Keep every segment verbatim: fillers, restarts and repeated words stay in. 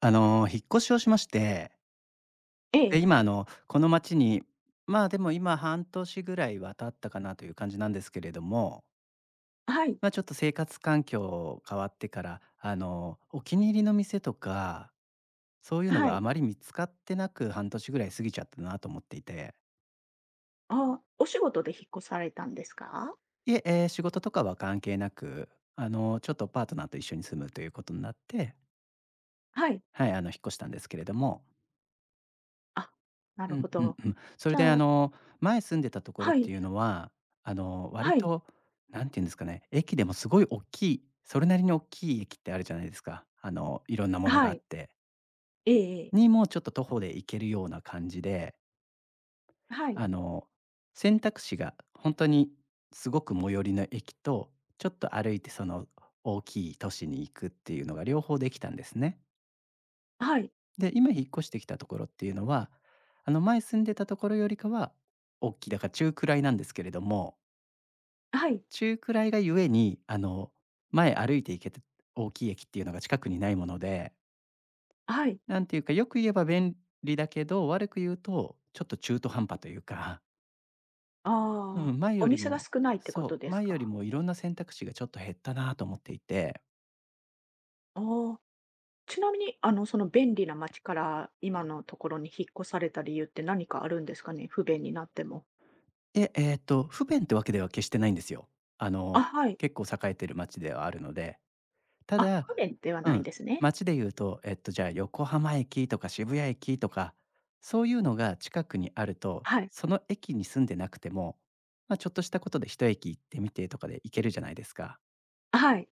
あの、引っ越しをしまして、えで、え、今あの、この町に、まあ、でも今半年ぐらいは経ったかなという感じなんですけれども、はい、ま、ちょっと生活環境変わってから、あの、お気に入りの店とか、そういうのはがあい。まり見つかってなく、半年ぐらい過ぎちゃったなと思っていて。あお仕事で引っ越されたんですか？いえ、ええ、仕事とかは関係なく、あの、ちょっとパートナーと一緒に住むということになって、はい。はい、あの、引っ越したんですけれども、あ、なうるんほうんど。うん。それじであゃあの、前住んでたところっはてい、いうのは、あの、割はい、となんていうんですかね、駅でもすごい大きい、それなりに大きい駅ってあるじゃないですか。あの、いろんなものがはあっい。て。ええええ。に、もうちょっと徒歩で行けるような感じで、はい、あの、選択肢が本当にすごく最寄りの駅と、ちょっと歩いてその大きい都市に行くっていうのが両方できたんですね。はい、で、今引っ越してきたところっていうのは、あの前住んでたところよりかは、大きいだから中くらいなんですけれども、はい、中くらいがゆえに、あの、前歩いて行けて大きい駅っていうのが近くにないもので、はい。なんていうか、よく言えば便利だけど、悪く言うとちょっと中途半端というか、うああ、ん、前おより店がも少ないってこそとう、です前よりか？もいろんな選択肢がちょっと減ったなと思っていて、ああ、ちなみに、あの、その便利な街から今のところに引っ越された理由って何かあるんですかね？不便になっても。で、えっと、不便ってわけでは決してないんですよ。ああ、の、はい。結構栄えてる街ではあるので、たあ、だ、不便ではうないんん、ですね。街で言うと、えっと、じゃあ、横浜駅とか渋谷駅とか、そういうのが近くにあると、はい、その駅に住んでなくても、まあ、ちょっとしたことで一駅行ってみてとかで行けるじゃないですか。はい。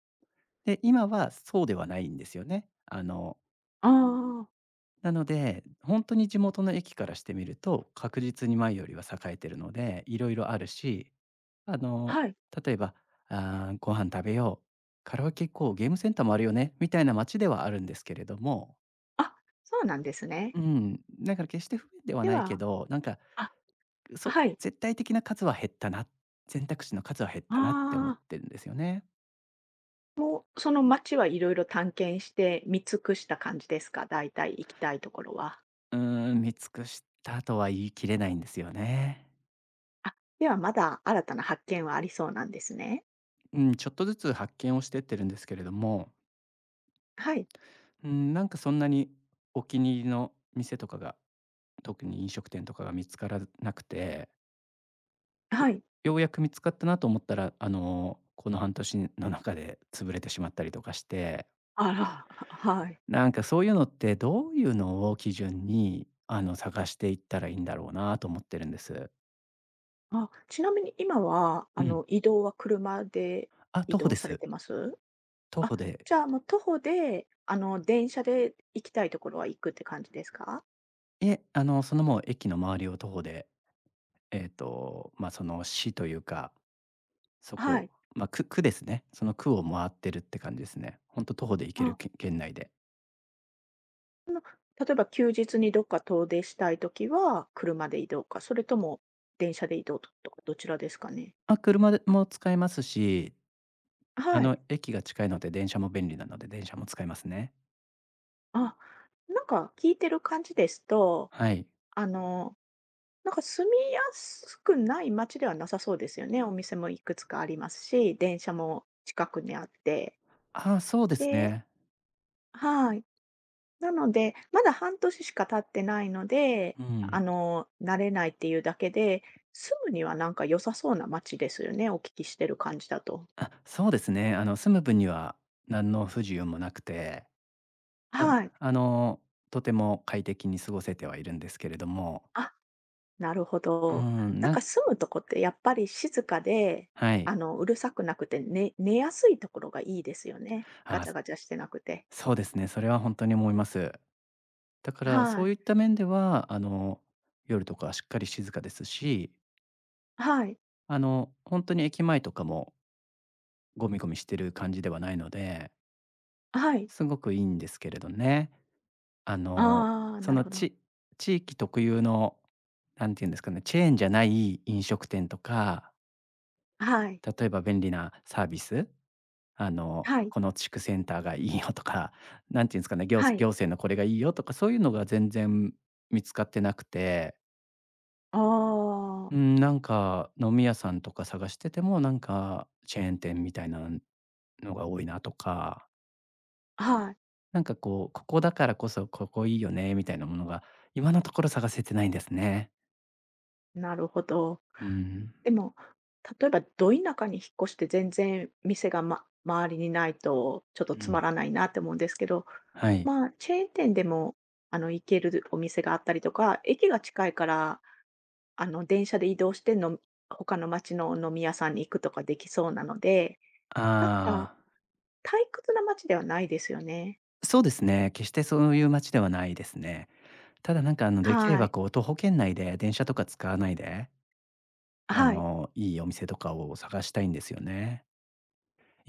で、今はそうではないんですよね。あのああ、なので、本当に地元の駅からしてみると、確実に前よりは栄えてるので、いろいろあるし、あの、はい。例えば、あーご飯食べよう、カラオケ行こう、ゲームセンターもあるよね、みたいな街ではあるんですけれども、あ、そうなんですね。うん、だから決して不便ではでないけはど、なんか、あ、そはい。絶対的な数は減ったな、選択肢の数は減ったなって思っああ、てるんですよね。もうその街はいろいろ探検して見尽くした感じですか？大体行きたいところは。うーん、見尽くしたとは言い切れないんですよね。あ、ではまだ新たな発見はありそうなんですね。うん、ちょっとずつ発見をしてってるんですけれども、はい、うん、なんかそんなにお気に入りの店とかが、特に飲食店とかが見つからなくて、よはい。ようやく見つかったなと思ったら、あの、この半年の中で潰れてしまったりとかして、あら、ははい。なんかそういうのってどういうのを基準に、あの、探していったらいいんだろうなと思ってるんです。あ、ちなみに今は、うあん。の、移動は車であ、移徒歩動でされす。てます？徒あ、歩で、じゃあもう徒歩で、あの、電車で行きたいところは行くって感じですか？え、あの、そのもう駅の周りを徒歩で、えっと、まあ、その市というかそはこ、い。まあ、区区ですね。その区を回ってるって感じですね。ほんと徒歩で行けるあけ県内で。あの、例えば休日にどっか遠出したいときは、車で移動か、それとも電車で移動ととか、どちらですかね？まあ、車でも使えますし、あはい。の、駅が近いので電車も便利なので、電車も使えますね。あ、なんか聞いてる感じですと、はい。あの、なんか住みやすくない街ではなさそうですよね。お店もいくつかありますし、電車も近くにあって。ああ、そうですでね。はい。なので、まだ半年しか経ってないので、うん。あの、慣れないっていうだけで、住むにはなんか良さそうな街ですよね、お聞きしてる感じだと。あ、そうですね。あの、住む分には何の不自由もなくて、あはい。あの、とても快適に過ごせてはいるんですけれども、あ、なるほうど。ん、なんなかん住むとこってやっぱり静かで、はい。あの、うるさくなくて、ね、寝やすいところがいいですよね。ガあチャガチャしてなくて。そうですね、それは本当に思います。だから、そはうい。いった面では、あの、夜とかはしっかり静かですし、はい。あの、本当に駅前とかもゴミゴミしてる感じではないので、はい。すごくいいんですけれどね。あの、ああ、そなるのほど。ち地域特有の、なんていうんですかね、チェーンじゃない飲食店とか、はい。例えば便利なサービス、あの、はい。この地区センターがいいよとか、なんていうんですかね、行はい。行政のこれがいいよとか、そういうのが全然見つかってなくて、あうあ、ん、なんか飲み屋さんとか探してても、なんかチェーン店みたいなのが多いなとか、はい。なんかこう、ここだからこそここいいよねみたいなものが、今のところ探せてないんですね。なるほど。うん、でも、例えばど田舎に引っ越して全然店が、ま、周りにないとちょっとうつん、まらないなって思うんですけど、はい。まあ、チェーン店でも、あの、行けるお店があったりとか、駅が近いから、あの、電車で移動しての他の町の飲み屋さんに行くとかできそうなので、なんか、ああ、退屈な街ではないですよね。そうですね。決してそういう街ではないですね。ただなんかあの、できれはばい。こう徒歩圏内で電車とか使わないで、あはい。の、いいお店とかを探したいんですよね。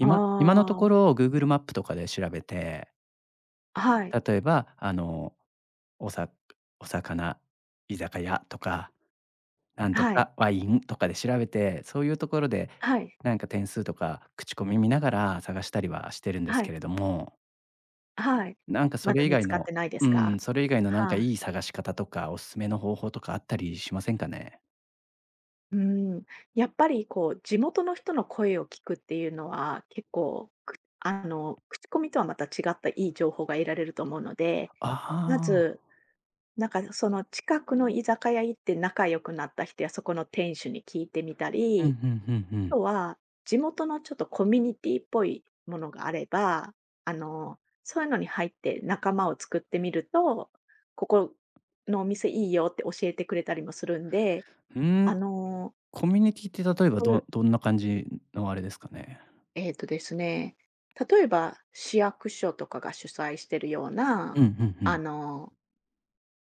あ今のとこあ、ろ Google マップとかで調べて、はい。例えば、あの、おさお魚、居酒屋とか、なんとはい。かワインとかで調べて、そういうところで、はい。なんか点数とか口コミ見ながら探したりはしてるんですはけい。れども、はい。なんかそまれだ以見外つかっのてないでうすか？ん、それ以外のなんかはいい。い探し方とか、おすすめの方法とかあったりしませんかね？うん、やっぱりこう、地元の人の声を聞くっていうのは、結構、くあの、口コミとはまた違ったいい情報が得られると思うので、あまず、なんかその近くの居酒屋行って仲良くなった人やそこの店主に聞いてみたあ、うん、うり、んうんうあん。とは地元のちょっとコミュニティっぽいものがあれば、あの、そういうのに入って仲間を作ってみると、ここのお店いいよって教えてくれたりもするんで、うーあん、の、コミュニティって例えばそういどうどんな感じのあれですかね？えーとですね、例えば市役所とかが主催してるよううな、ん、うんうあん。の、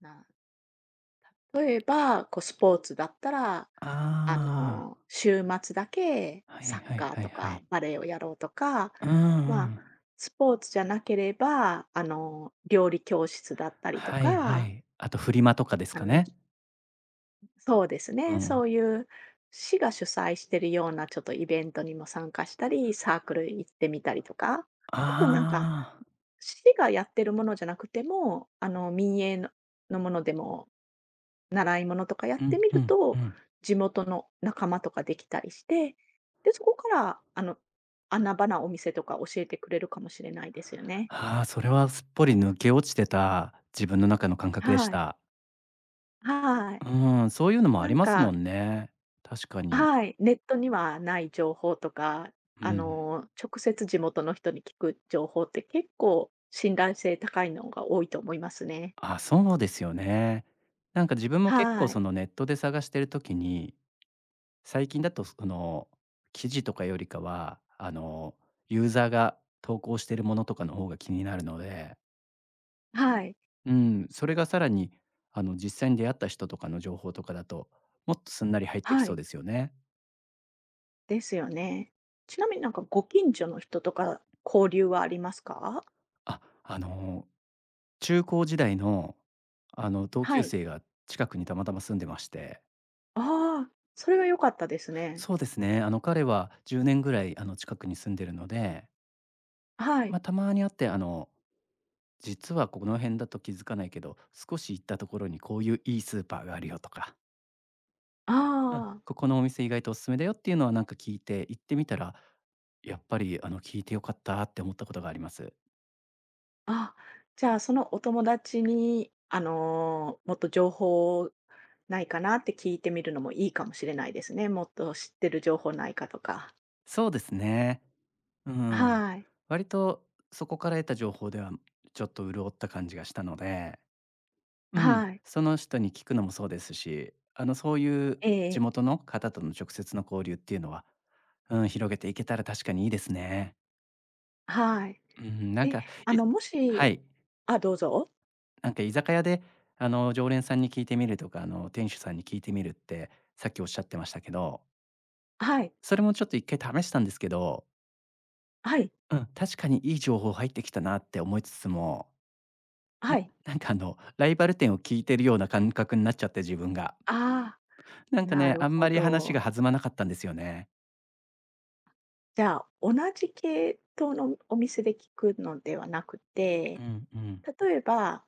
な例えば、こうスポーツだったら、ああの、週末だけあ、はいサッはいカーはいとはかい。バレーをやろうとか、うんうまあ、ん。スポーツじゃなければ、あの、料理教室だったりとはいはか、い。あとフリマとかですあかの、ね？ぎそうですうね、ん。そういう市が主催してるようなちょっとイベントにも参加したり、サークル行ってみたりとか、ちょっとなんかああ。市がやってるものじゃなくても、あの、民営ののものでも、習い物とかやうってんみうるんうと、ん。地元の仲間とかできたりして、で、そこから、あの、穴場なお店とか教えてくれるかもしれないですよね。ああ、それはすっぽり抜け落ちてた自分の中の感覚でしはい。た。はい。うーん、そういうのもあなりんますもかんね。確かに。はい、ネットにはない情報とか、うあん。の、直接地元の人に聞く情報って結構信頼性高いのが多いと思いますね。あ、そうですよね。なんか自分も結構はそい。のネットで探してる時に、最近だとその記事とかよりかは、あのユーザーが投稿してるものとかの方が気になるので、はい。うん、それがさらに、あの、実際に出会った人とかの情報とかだと、もっとすんなり入ってきはそうい。ですよね。ですよね。ちなみになんかご近所の人とか交流はありますか？あ、あの、中高時代の、あの、同は級い。生が近くにたまたま住んでまして、ああ、それは良かったですね。そうですね、あの、彼はじゅうねんぐらい、あの、近くに住んでるので、はい。まあ、たまに会って、あの、実はこの辺だと気づかないけど、少し行ったところにこういういいスーパーがあるよとか、あうん、あ、ここのお店意外とおすすめだよっていうのはなんか聞いて、行ってみたら、やっぱりあの聞いてよかったって思ったことがあります。あ、じゃあそのお友達に、あの、もっと情報ないかなって聞いてみるのもいいかもしれないですね。もっと知ってる情報ないかとか。そうですね。うん。はい。割とそこから得た情報ではちょっと潤った感じがしたので、うん、はい。その人に聞くのもそうですし、あのそういうえ地え。元の方との直接の交流っていうのは、うん、広げていけたら確かにいいですね。はい。うん、なんえ、か、あいのもはしい。あ、どうぞ。なんか居酒屋で、あの、常連さんに聞いてみるとか、あの、店主さんに聞いてみるって、さっきおっしゃってましたけど、はい。それもちょっと一回試したんですけど、はい。うん、確かにいい情報入ってきたなって思いつつも、なはい。なんかあの、ライバル店を聞いてるような感覚になっちゃって、自分が。ああ、なんかなね、るあんまほり話がど。弾まなかったんですよね。じゃあ、同じ系統のお店で聞くのではなくうて、んうん。例えば、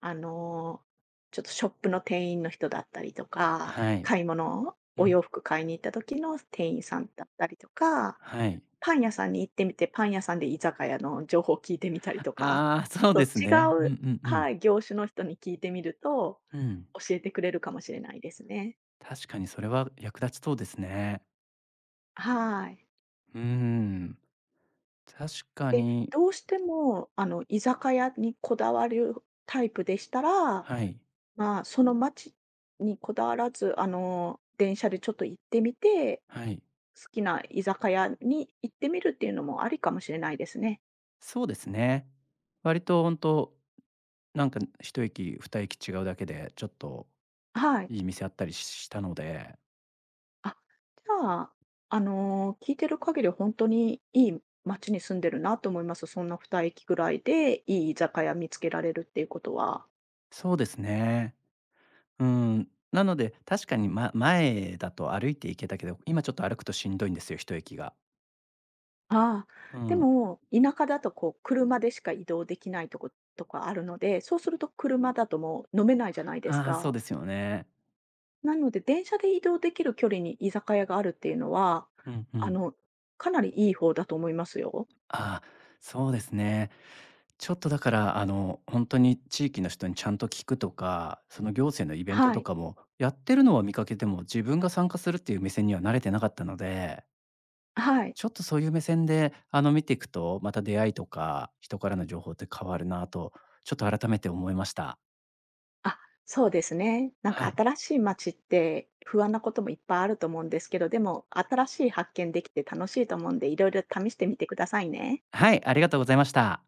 あの、ちょっとショップの店員の人だったりとか、はい。買い物、うおん。洋服買いに行った時の店員さんだったりとか、はい。パン屋さんに行ってみて、パン屋さんで居酒屋の情報を聞いてみたりとか、ああ、そうちょっでとすね。うん違うう、んうん。はい、業種の人に聞いてみると、うん。教えてくれるかもしれないですね。確かにそれは役立ちそうですね。はい。うーん。確かで、に。どうしても、あの、居酒屋にこだわるタイプでしたら、はい、まあ、その街にこだわらず、あの、電車でちょっと行ってみて、はい。好きな居酒屋に行ってみるっていうのもありかもしれないですね。そうですね。割と本当なんか一駅ふたえき違うだけで、ちょっとはい。いい店あったりししたので、あ、じゃあ、あの、聞いてる限り本当にいい街に住んでるなと思います。そんなに駅ぐらいでいい居酒屋見つけられるっていうことは。そうですね。うーん。なので、確かに、ま前だと歩いて行けたけど、今ちょっと歩くとしんどいんですよ、一駅が。ああ、うでん。も、田舎だとこう車でしか移動できないとことかあるので、そうすると車だともう飲めないじゃないですああ、そうか。ですよね。なので、電車で移動できる距離に居酒屋があるっていうのは、うんうあん。の、かなりいい方だと思いますよ。ああ、そうですね。ちょっとだから、あの、本当に地域の人にちゃんと聞くとか、その行政のイベントはとい。かも、やってるのは見かけても、自分が参加するっていう目線には慣れてなかったので、はい。ちょっとそういう目線で、あの、見ていくと、また出会いとか、人からの情報って変わるなと、ちょっと改めて思いました。あ、そうですね。なんかはい。新しい街って不安なこともいっぱいあると思うんですけど、でも新しい発見できて楽しいと思うんで、いろいろ試してみてくださいね。はい、ありがとうございました。